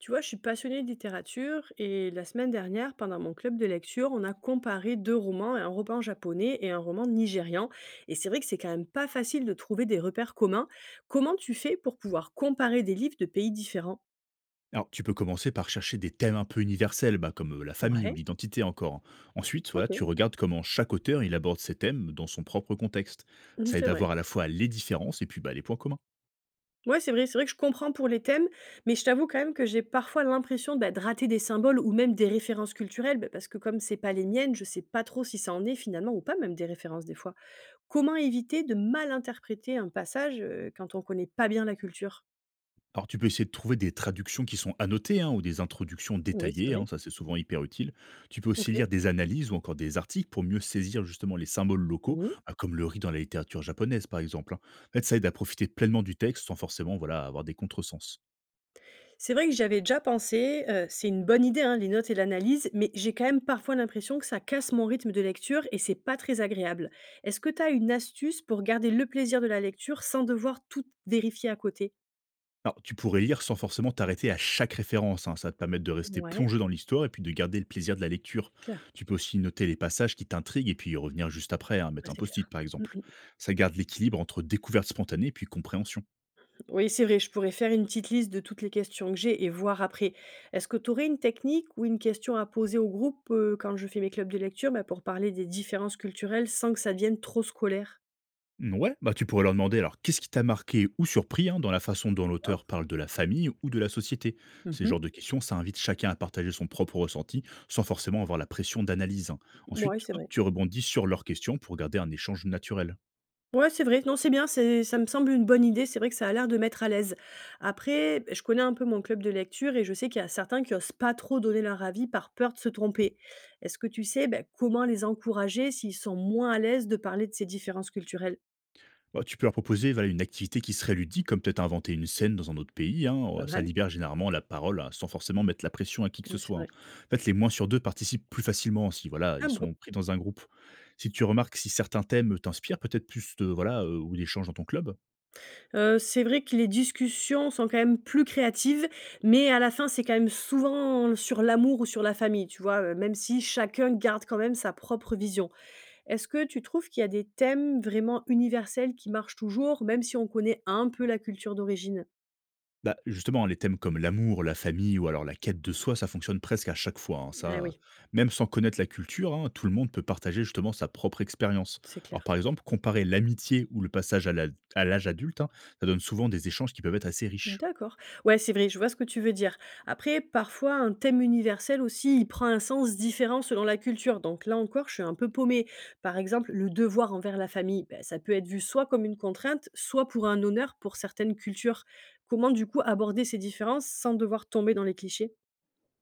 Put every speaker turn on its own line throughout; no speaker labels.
Tu vois, je suis passionnée de littérature et la semaine dernière, pendant mon club de lecture, on a comparé deux romans, un roman japonais et un roman nigérian. Et c'est vrai que c'est quand même pas facile de trouver des repères communs. Comment tu fais pour pouvoir comparer des livres de pays différents?
Alors, tu peux commencer par chercher des thèmes un peu universels, bah, comme la famille ou
Ouais,
l'identité encore. Ensuite, voilà, tu
ok,
regardes comment chaque auteur il aborde ces thèmes dans son propre contexte.
mhm,
Ça
c'est
aide à
vrai.
voir à la fois les différences et puis bah, les points communs.
Ouais, c'est vrai que je comprends pour les thèmes, mais je t'avoue quand même que j'ai parfois l'impression, bah, de rater des symboles ou même des références culturelles, bah, parce que comme c'est pas les miennes, je sais pas trop si ça en est finalement ou pas même des références des fois. Comment éviter de mal interpréter un passage quand on connaît pas bien la culture?
Alors, tu peux essayer de trouver des traductions qui sont annotées hein, ou des introductions
Oui, c'est
détaillées,
vrai.
hein, ça c'est souvent hyper utile. Tu peux aussi
OK.
lire des analyses ou encore des articles pour mieux saisir justement les symboles locaux,
Mmh.
bah, comme le riz dans la littérature japonaise par exemple, hein. En fait, ça aide à profiter pleinement du texte sans forcément voilà, avoir des contresens.
C'est vrai que j'avais déjà pensé, c'est une bonne idée, hein, les notes et l'analyse, mais j'ai quand même parfois l'impression que ça casse mon rythme de lecture et c'est pas très agréable. Est-ce que tu as une astuce pour garder le plaisir de la lecture sans devoir tout vérifier à côté?
Alors, tu pourrais lire sans forcément t'arrêter à chaque référence, hein. Ça va te permettre de rester
Ouais,
plongé dans l'histoire et puis de garder le plaisir de la lecture.
c'est clair.
Tu peux aussi noter les passages qui t'intriguent et puis y revenir juste après, hein, mettre
Ouais,
un
c'est
post-it
clair.
par
Mmh.
exemple. Ça garde l'équilibre entre découverte spontanée et puis compréhension.
Oui, c'est vrai, je pourrais faire une petite liste de toutes les questions que j'ai et voir après. Est-ce que tu aurais une technique ou une question à poser au groupe quand je fais mes clubs de lecture, bah, pour parler des différences culturelles sans que ça devienne trop scolaire?
Ouais, bah tu pourrais leur demander alors qu'est-ce qui t'a marqué ou surpris hein, dans la façon dont
D'accord.
l'auteur parle de la famille ou de la société. Ces
Mhm.
genres de questions, ça invite chacun à partager son propre ressenti sans forcément avoir la pression d'analyse, hein.
Ouais,
Ensuite,
c'est
hop,
vrai.
tu rebondis sur leurs questions pour garder un échange naturel.
Ouais, c'est vrai. Non, c'est bien. C'est, ça me semble une bonne idée. C'est vrai que ça a l'air de mettre à l'aise. Après, je connais un peu mon club de lecture et je sais qu'il y a certains qui osent pas trop donner leur avis par peur de se tromper. Est-ce que tu sais, ben, comment les encourager s'ils sont moins à l'aise de parler de ces différences culturelles?
Bah, tu peux leur proposer voilà, une activité qui serait ludique, comme peut-être inventer une scène dans un autre pays, hein.
Pas
Ça
mal.
libère généralement la parole hein, sans forcément mettre la pression à qui que ce
Ouais, c'est
soit, hein.
vrai.
En fait, les moins sur deux participent plus facilement si voilà,
Ah
ils
bon?
sont pris dans un groupe. Si tu remarques si certains thèmes t'inspirent, peut-être plus de, voilà, ou d'échanges dans ton club.
C'est vrai que les discussions sont quand même plus créatives, mais à la fin, c'est quand même souvent sur l'amour ou sur la famille, tu vois? Même si chacun garde quand même sa propre vision. Est-ce que tu trouves qu'il y a des thèmes vraiment universels qui marchent toujours, même si on connaît un peu la culture d'origine?
Bah, justement, les thèmes comme l'amour, la famille ou alors la quête de soi, ça fonctionne presque à chaque fois, hein,
Ah
ça,
oui,
même sans connaître la culture, hein, tout le monde peut partager justement sa propre expérience.
c'est
Alors,
clair.
par exemple, comparer l'amitié ou le passage à à l'âge adulte, hein, ça donne souvent des échanges qui peuvent être assez riches.
D'accord. Ouais, c'est vrai, je vois ce que tu veux dire. Après, parfois, un thème universel aussi, il prend un sens différent selon la culture. Donc là encore, je suis un peu paumée. Par exemple, le devoir envers la famille, ben, ça peut être vu soit comme une contrainte, soit pour un honneur pour certaines cultures. Comment du coup aborder ces différences sans devoir tomber dans les clichés?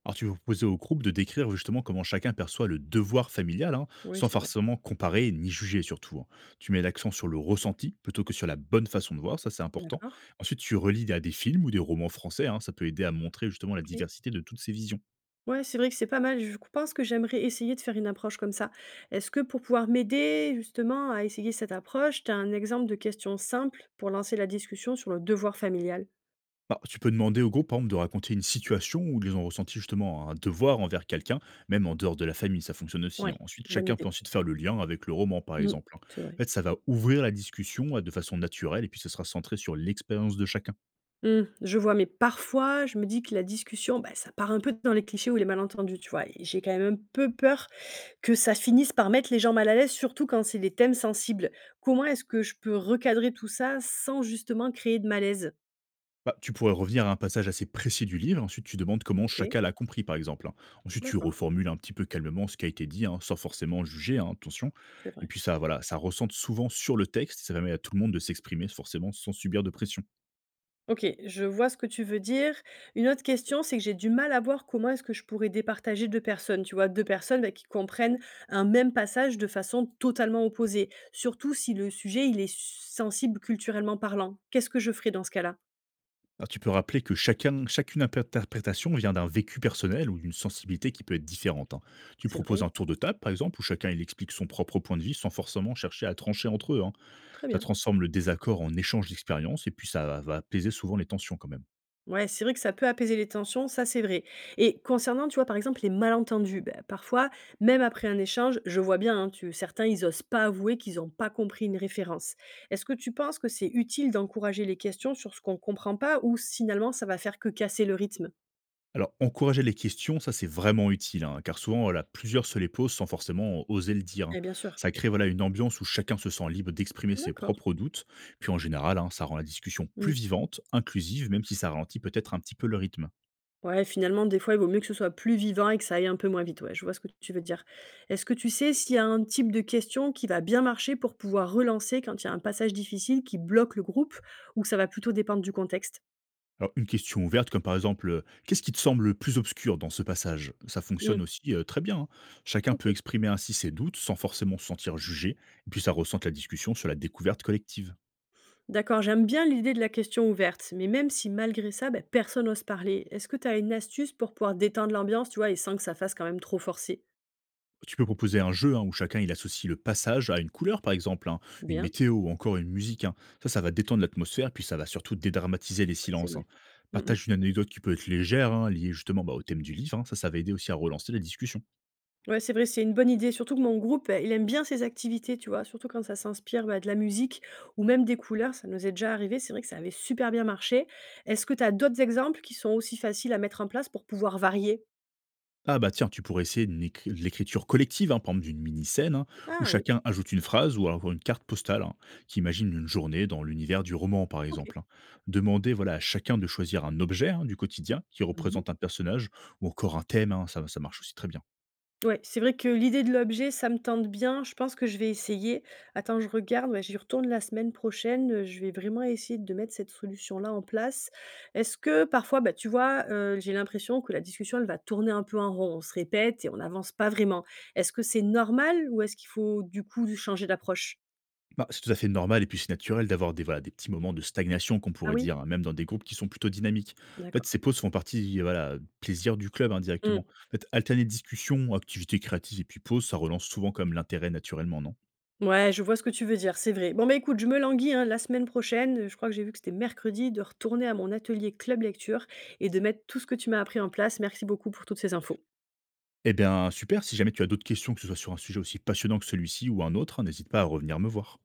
Alors, tu vas proposer au groupe de décrire justement comment chacun perçoit le devoir familial, hein,
Oui,
sans
c'est vrai.
forcément comparer ni juger surtout, hein. Tu mets l'accent sur le ressenti plutôt que sur la bonne façon de voir, ça c'est important.
D'accord.
Ensuite, tu relis à des films ou des romans français, hein, ça peut aider à montrer justement la
Ok.
diversité de toutes ces visions.
Ouais, c'est vrai que c'est pas mal. Je pense que j'aimerais essayer de faire une approche comme ça. Est-ce que pour pouvoir m'aider justement à essayer cette approche, tu as un exemple de question simple pour lancer la discussion sur le devoir familial?
Bah, tu peux demander au groupe, par exemple, de raconter une situation où ils ont ressenti justement un devoir envers quelqu'un, même en dehors de la famille, ça fonctionne aussi, hein.
Ouais,
Ensuite,
bonne
chacun
idée.
peut ensuite faire le lien avec le roman, par
Mmh,
exemple, hein.
c'est
En
vrai.
fait, ça va ouvrir la discussion de façon naturelle et puis ce sera centré sur l'expérience de chacun.
Mmh, je vois, mais parfois, je me dis que la discussion, bah, ça part un peu dans les clichés ou les malentendus, tu vois. Et j'ai quand même un peu peur que ça finisse par mettre les gens mal à l'aise, surtout quand c'est des thèmes sensibles. Comment est-ce que je peux recadrer tout ça sans justement créer de malaise?
Bah, tu pourrais revenir à un passage assez précis du livre, ensuite tu demandes comment
Ok,
chacun l'a compris, par exemple, hein. Ensuite, tu
d'accord,
reformules un petit peu calmement ce qui a été dit, hein, sans forcément juger, hein, attention.
c'est
Et
vrai.
puis ça, voilà, ça ressente souvent sur le texte, ça permet à tout le monde de s'exprimer, forcément, sans subir de pression.
OK, je vois ce que tu veux dire. Une autre question, c'est que j'ai du mal à voir comment est-ce que je pourrais départager 2 personnes, tu vois? Deux personnes, bah, qui comprennent un même passage de façon totalement opposée, surtout si le sujet, il est sensible culturellement parlant. Qu'est-ce que je ferais dans ce cas-là?
Alors, tu peux rappeler que chacun, chacune interprétation vient d'un vécu personnel ou d'une sensibilité qui peut être différente, hein. Tu
C'est
proposes
vrai,
un tour de table, par exemple, où chacun il explique son propre point de vue sans forcément chercher à trancher entre eux, hein.
très
Ça
bien.
transforme le désaccord en échange d'expériences et puis ça va apaiser souvent les tensions quand même.
Ouais, c'est vrai que ça peut apaiser les tensions, ça c'est vrai. Et concernant, tu vois, par exemple, les malentendus, bah, parfois, même après un échange, je vois bien, hein, certains, ils osent pas avouer qu'ils n'ont pas compris une référence. Est-ce que tu penses que c'est utile d'encourager les questions sur ce qu'on comprend pas ou finalement ça va faire que casser le rythme?
Alors, encourager les questions, ça c'est vraiment utile, hein, car souvent, voilà, plusieurs se les posent sans forcément oser le dire, hein.
Eh bien sûr.
Ça crée voilà, une ambiance où chacun se sent libre d'exprimer ses
D'accord.
propres doutes. Puis en général, hein, ça rend la discussion plus
Mmh.
vivante, inclusive, même si ça ralentit peut-être un petit peu le rythme.
Ouais, finalement, des fois, il vaut mieux que ce soit plus vivant et que ça aille un peu moins vite. Ouais, je vois ce que tu veux dire. Est-ce que tu sais s'il y a un type de question qui va bien marcher pour pouvoir relancer quand il y a un passage difficile qui bloque le groupe ou que ça va plutôt dépendre du contexte?
Alors, une question ouverte, comme par exemple, qu'est-ce qui te semble le plus obscur dans ce passage? Ça
Mmh,
fonctionne aussi très bien, hein. Chacun peut
OK.
exprimer ainsi ses doutes sans forcément se sentir jugé, et puis ça ressente la discussion sur la découverte collective.
D'accord, j'aime bien l'idée de la question ouverte, mais même si malgré ça, ben, personne n'ose parler, est-ce que tu as une astuce pour pouvoir détendre l'ambiance, tu vois, et sans que ça fasse quand même trop forcé?
Tu peux proposer un jeu hein, où chacun il associe le passage à une couleur, par exemple, hein, une
Bien,
météo ou encore une musique, hein. Ça va détendre l'atmosphère, puis ça va surtout dédramatiser les
ouais, c'est
silences, hein.
vrai. Mm, mm.
Partage une anecdote qui peut être légère, hein, liée justement bah, au thème du livre, hein. Ça va aider aussi à relancer la discussion.
Ouais, c'est vrai, c'est une bonne idée. Surtout que mon groupe, il aime bien ces activités, tu vois? Surtout quand ça s'inspire, bah, de la musique ou même des couleurs, ça nous est déjà arrivé. C'est vrai que ça avait super bien marché. Est-ce que tu as d'autres exemples qui sont aussi faciles à mettre en place pour pouvoir varier?
Ah bah tiens, tu pourrais essayer une de l'écriture collective, hein, par exemple d'une mini-scène, hein, où
Ah oui,
chacun ajoute une phrase ou alors une carte postale hein, qui imagine une journée dans l'univers du roman, par
OK.
exemple, hein. Demander voilà, à chacun de choisir un objet hein, du quotidien qui
Mmh.
représente un personnage ou encore un thème, hein, ça marche aussi très bien.
Ouais, c'est vrai que l'idée de l'objet, ça me tente bien. Je pense que je vais essayer. Attends, je regarde. Ouais, j'y retourne la semaine prochaine. Je vais vraiment essayer de mettre cette solution-là en place. Est-ce que parfois, bah, tu vois, j'ai l'impression que la discussion, elle va tourner un peu en rond. On se répète et on n'avance pas vraiment. Est-ce que c'est normal ou est-ce qu'il faut du coup changer d'approche?
Bah, c'est tout à fait normal et puis c'est naturel d'avoir des, voilà, des petits moments de stagnation qu'on
Ah
pourrait
oui.
dire, hein, même dans des groupes qui sont plutôt dynamiques. En fait,
D'accord.
ces pauses font partie voilà, plaisir du club indirectement. En fait, alterner discussion, activité créative et puis pause, ça relance souvent comme l'intérêt naturellement, non?
Ouais, je vois ce que tu veux dire, c'est vrai. Bon, bah, écoute, je me languis, hein, la semaine prochaine, je crois que j'ai vu que c'était mercredi, de retourner à mon atelier Club Lecture et de mettre tout ce que tu m'as appris en place. Merci beaucoup pour toutes ces infos.
Eh bien, super, si jamais tu as d'autres questions, que ce soit sur un sujet aussi passionnant que celui-ci ou un autre, hein, n'hésite pas à revenir me voir.